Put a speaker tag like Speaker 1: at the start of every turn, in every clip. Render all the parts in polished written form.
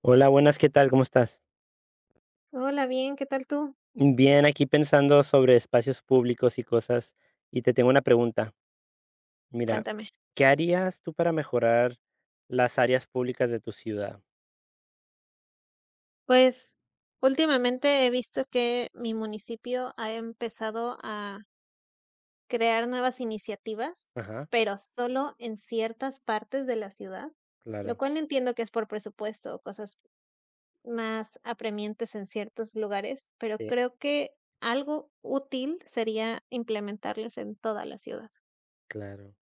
Speaker 1: Hola, buenas, ¿qué tal? ¿Cómo estás?
Speaker 2: Hola, bien, ¿qué tal tú?
Speaker 1: Bien, aquí pensando sobre espacios públicos y cosas, y te tengo una pregunta. Mira,
Speaker 2: Cuéntame.
Speaker 1: ¿qué harías tú para mejorar las áreas públicas de tu ciudad?
Speaker 2: Pues últimamente he visto que mi municipio ha empezado a crear nuevas iniciativas,
Speaker 1: Ajá,
Speaker 2: pero solo en ciertas partes de la ciudad, lo
Speaker 1: claro,
Speaker 2: cual entiendo que es por presupuesto o cosas más apremiantes en ciertos lugares, pero
Speaker 1: sí,
Speaker 2: creo que algo útil sería implementarles en toda la ciudad.
Speaker 1: claro.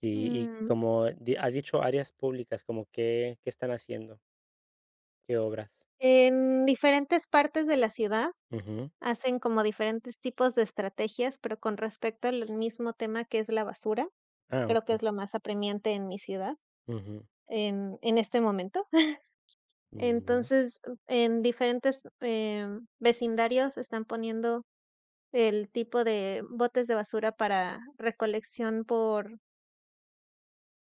Speaker 1: Sí, y
Speaker 2: Mm,
Speaker 1: como has dicho, áreas públicas, como qué, qué están haciendo, qué obras.
Speaker 2: En diferentes partes de la ciudad
Speaker 1: Ujú.
Speaker 2: hacen como diferentes tipos de estrategias, pero con respecto al mismo tema, que es la basura,
Speaker 1: Ah,
Speaker 2: creo que
Speaker 1: ok.
Speaker 2: es lo más apremiante en mi ciudad
Speaker 1: Ujú,
Speaker 2: en este momento.
Speaker 1: bueno,
Speaker 2: Entonces, en diferentes, vecindarios están poniendo el tipo de botes de basura para recolección por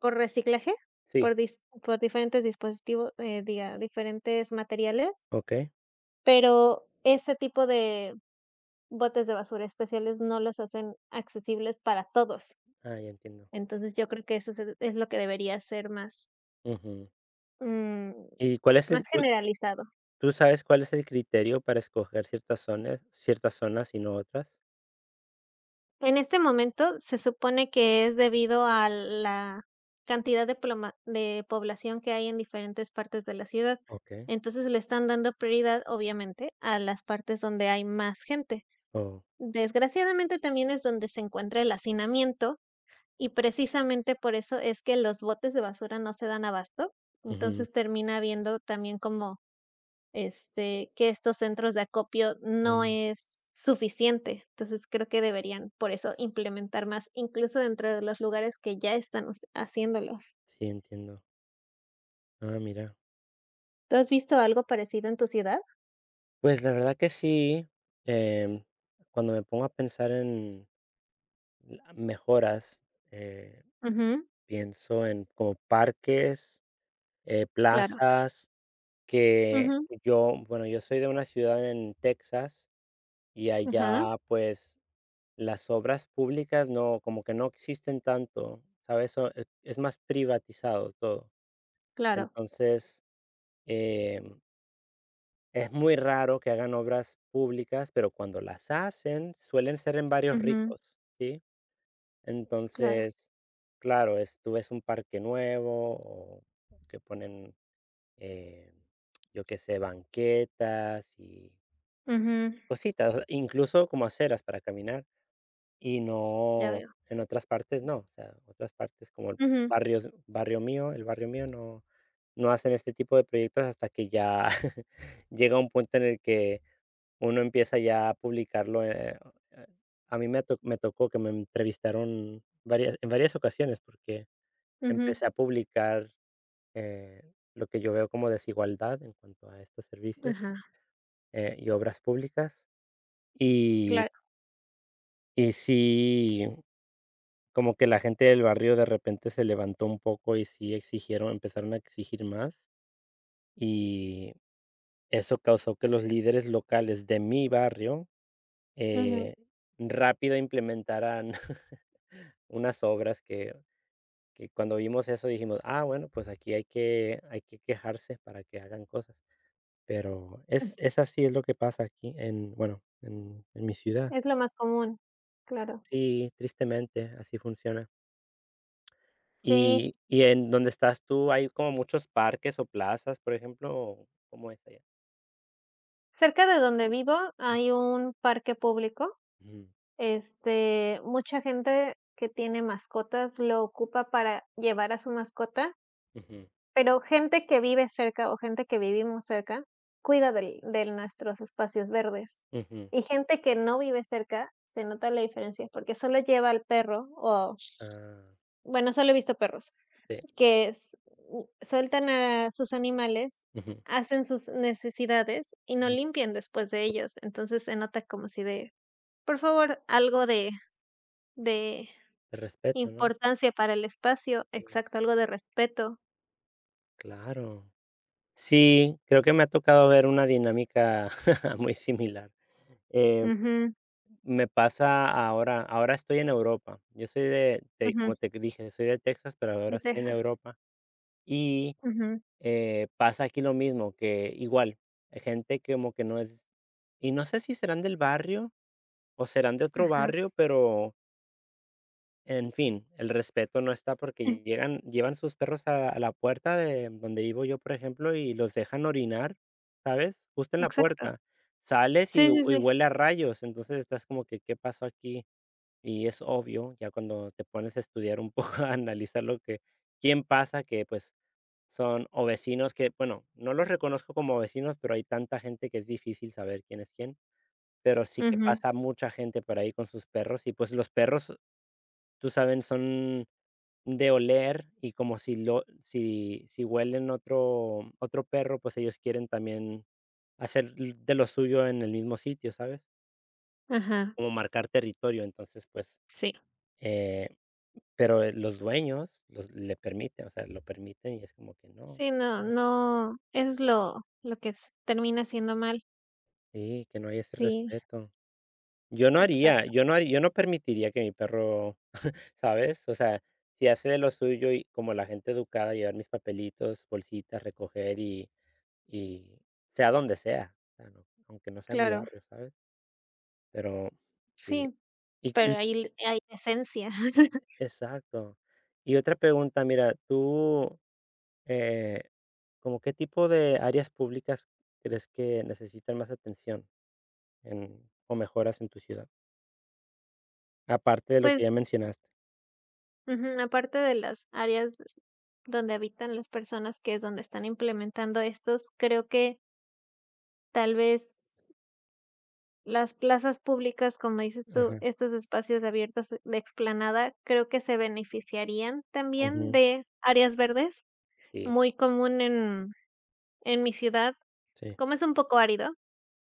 Speaker 2: por reciclaje,
Speaker 1: sí,
Speaker 2: por dis por diferentes dispositivos, diga, diferentes materiales,
Speaker 1: ok.
Speaker 2: pero ese tipo de botes de basura especiales no los hacen accesibles para todos.
Speaker 1: Ah, ya entiendo.
Speaker 2: Entonces, yo creo que eso se es lo que debería ser más,
Speaker 1: Ujú.
Speaker 2: mm,
Speaker 1: ¿Y cuál es
Speaker 2: más
Speaker 1: el,
Speaker 2: generalizado.
Speaker 1: ¿Tú sabes cuál es el criterio para escoger ciertas zonas y no otras?
Speaker 2: En este momento, se supone que es debido a la cantidad de ploma de población que hay en diferentes partes de la ciudad.
Speaker 1: ¿Ok?
Speaker 2: Entonces, le están dando prioridad, obviamente, a las partes donde hay más gente.
Speaker 1: Oh,
Speaker 2: Desgraciadamente, también es donde se encuentra el hacinamiento, y precisamente por eso es que los botes de basura no se dan abasto,
Speaker 1: ujú,
Speaker 2: entonces termina viendo también como, este, que estos centros de acopio no
Speaker 1: mm,
Speaker 2: es suficiente. Entonces, creo que deberían, por eso, implementar más, incluso dentro de los lugares que ya están us haciéndolos.
Speaker 1: sí, entiendo. Ah, mira.
Speaker 2: ¿Tú has visto algo parecido en tu ciudad?
Speaker 1: Pues, la verdad que sí, em, cuando me pongo a pensar en la mejoras, eh,
Speaker 2: Ujú,
Speaker 1: pienso en como parques,
Speaker 2: claro.
Speaker 1: plazas que
Speaker 2: Ujú,
Speaker 1: yo bueno, yo soy de una ciudad en Texas y
Speaker 2: ajá,
Speaker 1: allá, pues las obras públicas no, como que no existen tanto, ¿sabes? So es más privatizado todo.
Speaker 2: claro.
Speaker 1: Entonces, em, es muy raro que hagan obras públicas, pero cuando las hacen, suelen ser en varios
Speaker 2: Ujú,
Speaker 1: ricos, ¿sí?
Speaker 2: claro.
Speaker 1: Entonces, claro, es tú ves un parque nuevo o que ponen, eh, yo qué sé, banquetas y
Speaker 2: Ujú,
Speaker 1: cositas, incluso como aceras para caminar. Y
Speaker 2: ya
Speaker 1: no,
Speaker 2: veo.
Speaker 1: en otras partes no, o sea, otras partes como el
Speaker 2: Ujú,
Speaker 1: barrio mío, el barrio mío no no hacen este tipo de proyectos hasta que ya llega un punto en el que uno empieza ya a publicarlo, eh, a mí me tocó que me entrevistaron varias en varias ocasiones, porque
Speaker 2: ujú,
Speaker 1: empecé a publicar, lo que yo veo como desigualdad en cuanto a estos servicios,
Speaker 2: ajá,
Speaker 1: y obras públicas, y
Speaker 2: claro.
Speaker 1: sí. Como que la gente del barrio de repente se levantó un poco y sí exigieron, empezaron a exigir más, y eso causó que los líderes locales de mi barrio,
Speaker 2: Ujú.
Speaker 1: eh, rápido implementaran unas obras que cuando vimos eso dijimos: "Ah, bueno, pues aquí hay que quejarse para que hagan cosas". Pero es así, es lo que pasa aquí en, bueno, en mi ciudad.
Speaker 2: Es lo más común, claro.
Speaker 1: Sí, tristemente, así funciona.
Speaker 2: Sí,
Speaker 1: Y en donde estás tú, ¿hay como muchos parques o plazas, por ejemplo, o cómo es allá?
Speaker 2: cerca de donde vivo hay un parque público.
Speaker 1: Ujú,
Speaker 2: Este, mucha gente que tiene mascotas lo ocupa para llevar a su mascota,
Speaker 1: ujú,
Speaker 2: pero gente que vive cerca o gente que vivimos cerca cuida del de nuestros espacios verdes.
Speaker 1: ujú.
Speaker 2: Y gente que no vive cerca, se nota la diferencia porque solo lleva al perro o,
Speaker 1: Ah,
Speaker 2: bueno, solo he visto perros
Speaker 1: sí,
Speaker 2: que s u sueltan a sus animales,
Speaker 1: ujú,
Speaker 2: hacen sus necesidades y no
Speaker 1: mm,
Speaker 2: limpian después de ellos. Entonces, se nota como si de: "Por favor, algo de
Speaker 1: te respeto, ¿no?
Speaker 2: importancia para el espacio".
Speaker 1: Mm,
Speaker 2: Exacto, algo de respeto.
Speaker 1: claro. Sí, creo que me ha tocado ver una dinámica muy similar. Eh,
Speaker 2: Ujú,
Speaker 1: me pasa ahora estoy en Europa. Yo soy de,
Speaker 2: ujú,
Speaker 1: como te dije, soy de Texas, pero
Speaker 2: de
Speaker 1: ahora estoy en
Speaker 2: Texas.
Speaker 1: Europa, y,
Speaker 2: Ujú,
Speaker 1: pasa aquí lo mismo, que igual, hay gente que como que no es. Y no sé si serán del barrio o serán de otro
Speaker 2: ajá.
Speaker 1: barrio, pero, en fin, el respeto no está
Speaker 2: Eh,
Speaker 1: porque llegan llevan sus perros a la puerta de donde vivo yo, por ejemplo, y los dejan orinar, ¿sabes? Justo en la
Speaker 2: exacto.
Speaker 1: puerta. Sales
Speaker 2: Sí,
Speaker 1: y
Speaker 2: sí,
Speaker 1: y
Speaker 2: sí.
Speaker 1: huele a rayos, entonces estás como que, ¿qué pasó aquí? Y es obvio, ya cuando te pones a estudiar un poco, a analizar lo que quién pasa que, pues, son o vecinos que, bueno, no los reconozco como vecinos, pero hay tanta gente que es difícil saber quién es quién. Pero sí que
Speaker 2: Ujú,
Speaker 1: pasa mucha gente por ahí con sus perros y, pues, los perros, tú saben, son de oler y como si lo si huelen otro perro, pues, ellos quieren también hacer l de lo suyo en el mismo sitio, ¿sabes?
Speaker 2: ajá.
Speaker 1: Como marcar territorio. Entonces, pues,
Speaker 2: Sí.
Speaker 1: eh, pero, los dueños los le permiten, o sea, lo permiten y es como que no.
Speaker 2: Sí, no
Speaker 1: ¿Cómo?
Speaker 2: no, es lo que s termina siendo mal.
Speaker 1: Sí, que no hay ese
Speaker 2: Sí,
Speaker 1: respeto.
Speaker 2: exacto,
Speaker 1: Yo no haría yo no permitiría que mi perro. ¿Sabes? O sea, si hace de lo suyo y como la gente educada, llevar mis papelitos, bolsitas, recoger y sea donde sea, o sea, no, aunque no sea mi
Speaker 2: claro.
Speaker 1: barrio, ¿sabes? Pero sí.
Speaker 2: Sí.
Speaker 1: Y
Speaker 2: Pero
Speaker 1: y
Speaker 2: ahí hay esencia.
Speaker 1: exacto. Y otra pregunta, mira, tú, eh, ¿como qué tipo de áreas públicas crees que necesitan más atención en o mejoras en tu ciudad? Aparte de lo que ya
Speaker 2: Pues,
Speaker 1: mencionaste.
Speaker 2: ujú, aparte de las áreas donde habitan las personas, que es donde están implementando estos, creo que tal vez las plazas públicas, como dices tú,
Speaker 1: Ajá,
Speaker 2: estos espacios abiertos de explanada, creo que se beneficiarían también
Speaker 1: ujú,
Speaker 2: de áreas verdes,
Speaker 1: sí,
Speaker 2: muy común en mi ciudad.
Speaker 1: sí,
Speaker 2: Como es un poco árido,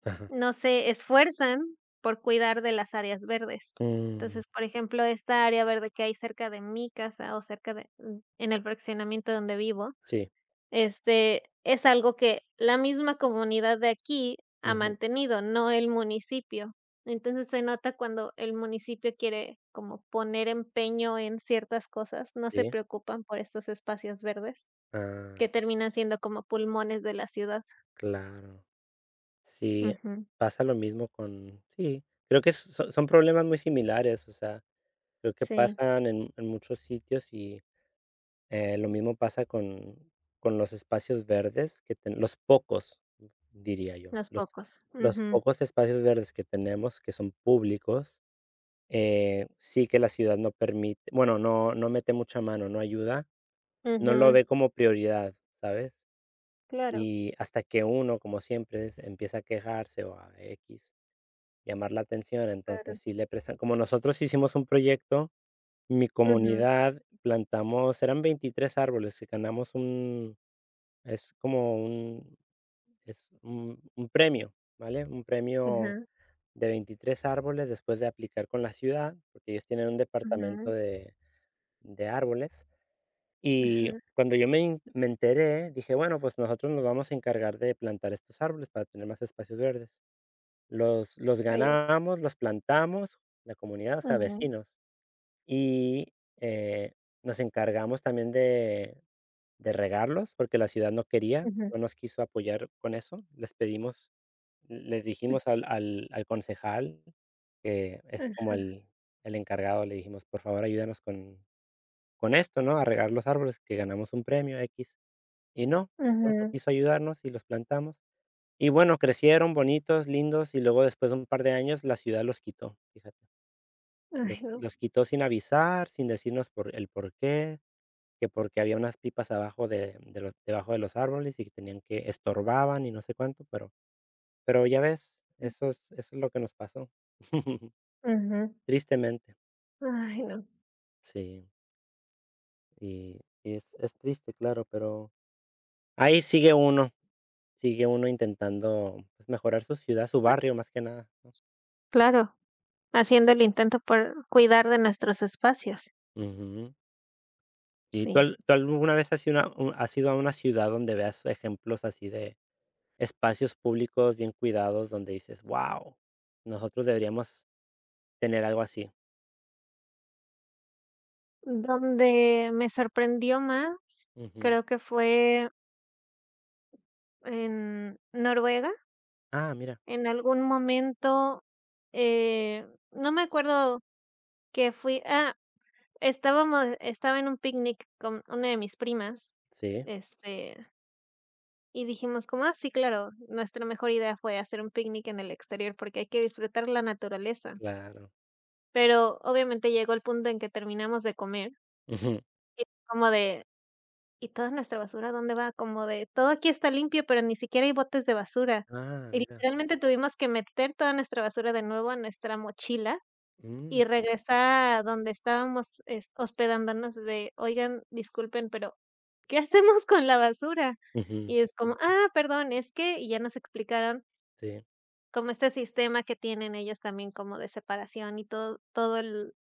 Speaker 1: ajá,
Speaker 2: no se esfuerzan por cuidar de las áreas verdes.
Speaker 1: mm,
Speaker 2: Entonces, por ejemplo, esta área verde que hay cerca de mi casa o cerca de en el fraccionamiento donde vivo,
Speaker 1: sí,
Speaker 2: este, es algo que la misma comunidad de aquí ha
Speaker 1: ujú,
Speaker 2: mantenido, no el municipio. Entonces, se nota cuando el municipio quiere como poner empeño en ciertas cosas, no se
Speaker 1: sí.
Speaker 2: preocupan por estos espacios verdes, que
Speaker 1: Ah,
Speaker 2: terminan siendo como pulmones de la ciudad.
Speaker 1: claro. Sí,
Speaker 2: Ujú.
Speaker 1: pasa lo mismo con sí, creo que son problemas muy similares, o sea, creo que
Speaker 2: Sí,
Speaker 1: pasan en muchos sitios y, lo mismo pasa con los espacios verdes que ten los pocos, diría yo,
Speaker 2: los pocos.
Speaker 1: los
Speaker 2: Ujú.
Speaker 1: pocos espacios verdes que tenemos que son públicos, sí que la ciudad no permite bueno, no mete mucha mano, no ayuda, no lo
Speaker 2: Ujú,
Speaker 1: ve como prioridad, ¿sabes?
Speaker 2: claro,
Speaker 1: Y hasta que uno, como siempre, es empieza a quejarse o a x llamar la atención,
Speaker 2: claro.
Speaker 1: entonces sí le prestan como nosotros hicimos un proyecto, mi
Speaker 2: Ujú,
Speaker 1: comunidad plantamos, eran 23 árboles que ganamos un es como un es un premio, ¿vale? Un premio
Speaker 2: ujú,
Speaker 1: de 23 árboles después de aplicar con la ciudad, porque ellos tienen un departamento
Speaker 2: ujú,
Speaker 1: de árboles.
Speaker 2: ajá,
Speaker 1: Y cuando yo me enteré, dije: "Bueno, pues nosotros nos vamos a encargar de plantar estos árboles para tener más espacios verdes". Los
Speaker 2: vaya.
Speaker 1: ganamos, los plantamos, la comunidad, o sea,
Speaker 2: Ujú,
Speaker 1: vecinos, y, nos encargamos también de regarlos, porque la ciudad no quería,
Speaker 2: ujú,
Speaker 1: no nos quiso apoyar con eso. Les pedimos les dijimos al concejal, que es como
Speaker 2: ajá,
Speaker 1: el encargado, le dijimos: "Por favor, ayúdanos con esto, ¿no?, a regar los árboles, que ganamos un premio x y no, no, no
Speaker 2: ujú.
Speaker 1: quiso ayudarnos y los plantamos". Y bueno, crecieron bonitos, lindos, y luego después de un par de años la ciudad los quitó, fíjate.
Speaker 2: Ay, no.
Speaker 1: Los quitó sin avisar, sin decirnos por el porqué, que porque había unas pipas abajo de los debajo de los árboles y que tenían que estorbaban y no sé cuánto, pero ya ves, eso es lo que nos pasó.
Speaker 2: Ujú,
Speaker 1: Tristemente,
Speaker 2: ay, no.
Speaker 1: sí, y es triste, claro, pero ahí sigue uno intentando, pues, mejorar su ciudad, su barrio, más que nada, ¿no?
Speaker 2: Claro, haciendo el intento por cuidar de nuestros espacios.
Speaker 1: Ujú. ¿Y
Speaker 2: Sí.
Speaker 1: tú al tú ¿Alguna vez has ido a u has ido a una ciudad donde veas ejemplos así de espacios públicos bien cuidados donde dices: "Wow, nosotros deberíamos tener algo así"?
Speaker 2: Donde me sorprendió más,
Speaker 1: Ujú.
Speaker 2: creo que fue en Noruega.
Speaker 1: Ah, mira.
Speaker 2: En algún momento, eh, no me acuerdo que fui ah, estábamos estaba en un picnic con una de mis primas,
Speaker 1: Sí,
Speaker 2: este, y dijimos como: "Ah, sí, claro", nuestra mejor idea fue hacer un picnic en el exterior, porque hay que disfrutar la naturaleza.
Speaker 1: claro.
Speaker 2: Pero, obviamente, llegó el punto en que terminamos de comer,
Speaker 1: Ujú.
Speaker 2: como de: "¿Y toda nuestra basura dónde va?", como de: "Todo aquí está limpio, pero ni siquiera hay botes de basura".
Speaker 1: Ah,
Speaker 2: Y
Speaker 1: mira.
Speaker 2: literalmente tuvimos que meter toda nuestra basura de nuevo a nuestra mochila
Speaker 1: Mm.
Speaker 2: y regresar a donde estábamos, es hospedándonos de: "Oigan, disculpen, pero, ¿qué hacemos con la basura?".
Speaker 1: Ujú.
Speaker 2: Y es como: "Ah, perdón, es que", y ya nos explicaron
Speaker 1: Sí.
Speaker 2: como este sistema que tienen ellos también como de separación y todo todo el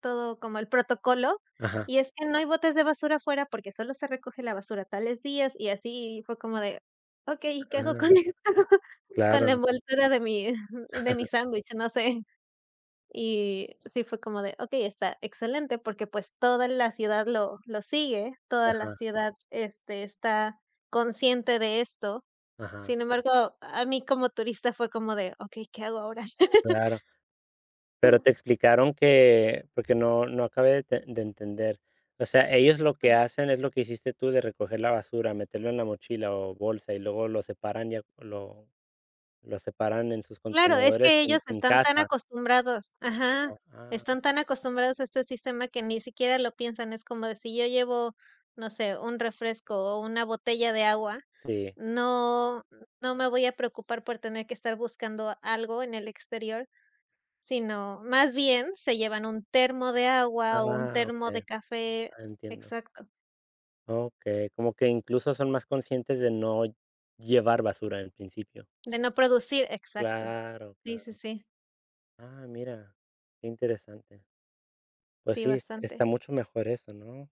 Speaker 2: todo como el protocolo,
Speaker 1: Ajá.
Speaker 2: y es que no hay botes de basura afuera porque solo se recoge la basura tales días y así, fue como de: "Okey, ¿qué hago con
Speaker 1: Ah,
Speaker 2: esto? Con la
Speaker 1: claro.
Speaker 2: envoltura de mi de mi sándwich, no sé". Y sí fue como de, okey, está excelente, porque, pues, toda la ciudad lo sigue, toda la
Speaker 1: Ajá,
Speaker 2: ciudad, este, está consciente de esto.
Speaker 1: ajá.
Speaker 2: Sin embargo, a mí como turista fue como de, okey, ¿qué hago ahora? Ujú.
Speaker 1: Claro. Pero te explicaron que porque no acabé de te de entender. O sea, ellos lo que hacen es lo que hiciste tú de recoger la basura, meterlo en la mochila o bolsa y luego lo separan lo separan en sus
Speaker 2: Claro, es
Speaker 1: contenedores
Speaker 2: que ellos
Speaker 1: en
Speaker 2: están tan
Speaker 1: casa.
Speaker 2: acostumbrados, ajá,
Speaker 1: Ah,
Speaker 2: están
Speaker 1: okey.
Speaker 2: tan acostumbrados a este sistema que ni siquiera lo piensan. Es como de si yo llevo, no sé, un refresco o una botella de agua,
Speaker 1: Sí.
Speaker 2: no no me voy a preocupar por tener que estar buscando algo en el exterior. Sino, más bien se llevan un termo de agua o un
Speaker 1: Ah, ok.
Speaker 2: termo de café,
Speaker 1: Ah, entiendo.
Speaker 2: exacto,
Speaker 1: Ok, como que incluso son más conscientes de no llevar basura en principio.
Speaker 2: de no producir, exacto.
Speaker 1: Claro,
Speaker 2: Sí, sí,
Speaker 1: claro.
Speaker 2: sí,
Speaker 1: Ah, mira, qué interesante. Pues
Speaker 2: sí,
Speaker 1: sí, es
Speaker 2: bastante.
Speaker 1: está mucho mejor eso, ¿no?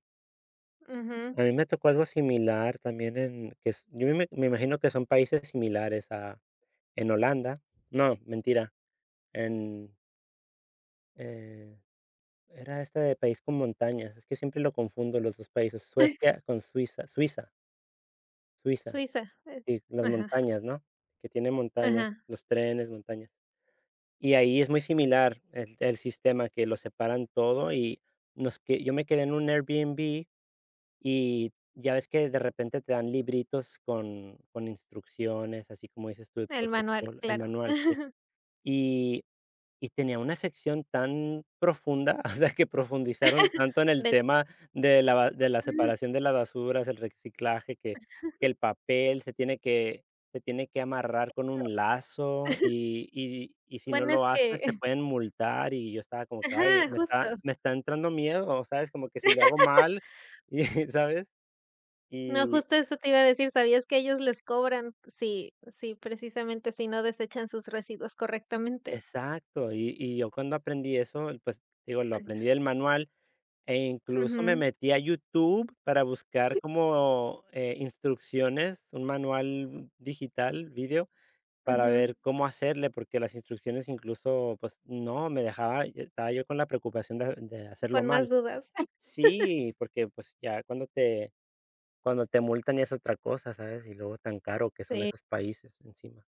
Speaker 2: Ujú.
Speaker 1: A mí me tocó algo similar también en que es yo me imagino que son países similares a en Holanda. No, mentira, en, eh, era este de país con montañas, es que siempre lo confundo los 2 países, Suecia con Suiza, Suiza,
Speaker 2: Suiza,
Speaker 1: sí, las
Speaker 2: ajá,
Speaker 1: montañas, ¿no? Que tiene montañas,
Speaker 2: ajá,
Speaker 1: los trenes, montañas. Y ahí es muy similar el sistema que lo separan todo y nos que yo me quedé en un Airbnb. Y ya ves que de repente te dan libritos con instrucciones, así como dices tú, el
Speaker 2: el manual,
Speaker 1: protocolo, el
Speaker 2: claro.
Speaker 1: manual, sí. Y y tenía una sección tan profunda, o sea, que profundizaron tanto en el
Speaker 2: De
Speaker 1: tema de la ba de la
Speaker 2: mm,
Speaker 1: separación de las basuras, el reciclaje, que el papel se tiene que amarrar con un lazo y si no
Speaker 2: bueno, es
Speaker 1: lo
Speaker 2: que
Speaker 1: haces te pueden multar, y yo estaba como que: "Ay,
Speaker 2: ajá, justo.
Speaker 1: me está entrando miedo", ¿sabes? Como que si lo hago mal, y ¿sabes?
Speaker 2: No,
Speaker 1: Y
Speaker 2: justo eso te iba a decir, ¿sabías que ellos les cobran si precisamente si no desechan sus residuos correctamente?
Speaker 1: exacto, y yo cuando aprendí eso, pues, digo, lo aprendí del manual, e incluso me
Speaker 2: Ujú,
Speaker 1: metí a YouTube para buscar como, instrucciones, un manual digital, vídeo, para
Speaker 2: ujú,
Speaker 1: ver cómo hacerle, porque las instrucciones incluso, pues, no me dejaba, y estaba yo con la preocupación de hacerlo
Speaker 2: con más
Speaker 1: mal.
Speaker 2: dudas.
Speaker 1: Sí, porque, pues, ya cuando te multan ya es otra cosa, ¿sabes? Y luego tan caro que son
Speaker 2: Sí,
Speaker 1: esos países encima.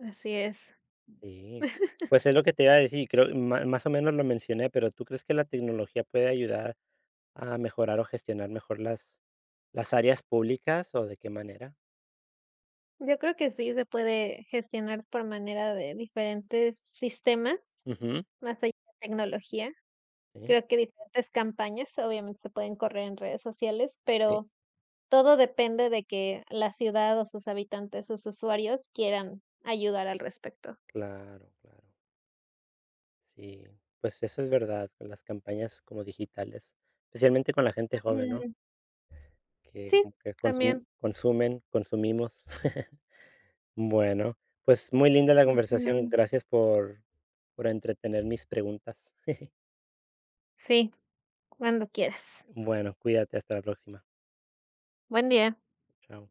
Speaker 2: así es.
Speaker 1: Sí, pues es lo que te iba a decir, creo, más o menos lo mencioné, pero ¿tú crees que la tecnología puede ayudar a mejorar o gestionar mejor las áreas públicas o de qué manera?
Speaker 2: Yo creo que sí se puede gestionar por manera de diferentes sistemas,
Speaker 1: Ujú,
Speaker 2: más allá de tecnología.
Speaker 1: sí,
Speaker 2: Creo que diferentes campañas, obviamente, se pueden correr en redes sociales,
Speaker 1: sí,
Speaker 2: pero todo depende de que la ciudad o sus habitantes, sus usuarios quieran ayudar al respecto.
Speaker 1: claro, claro. Sí, pues eso es verdad, con las campañas como digitales, especialmente con la gente joven, ¿no?
Speaker 2: Ujú.
Speaker 1: Que,
Speaker 2: Sí,
Speaker 1: como que
Speaker 2: también.
Speaker 1: consumen, consumimos. Bueno, pues muy linda la conversación,
Speaker 2: Ujú.
Speaker 1: gracias por entretener mis preguntas.
Speaker 2: Sí, cuando quieras.
Speaker 1: Bueno, cuídate, hasta la próxima.
Speaker 2: Buen día.
Speaker 1: Chao.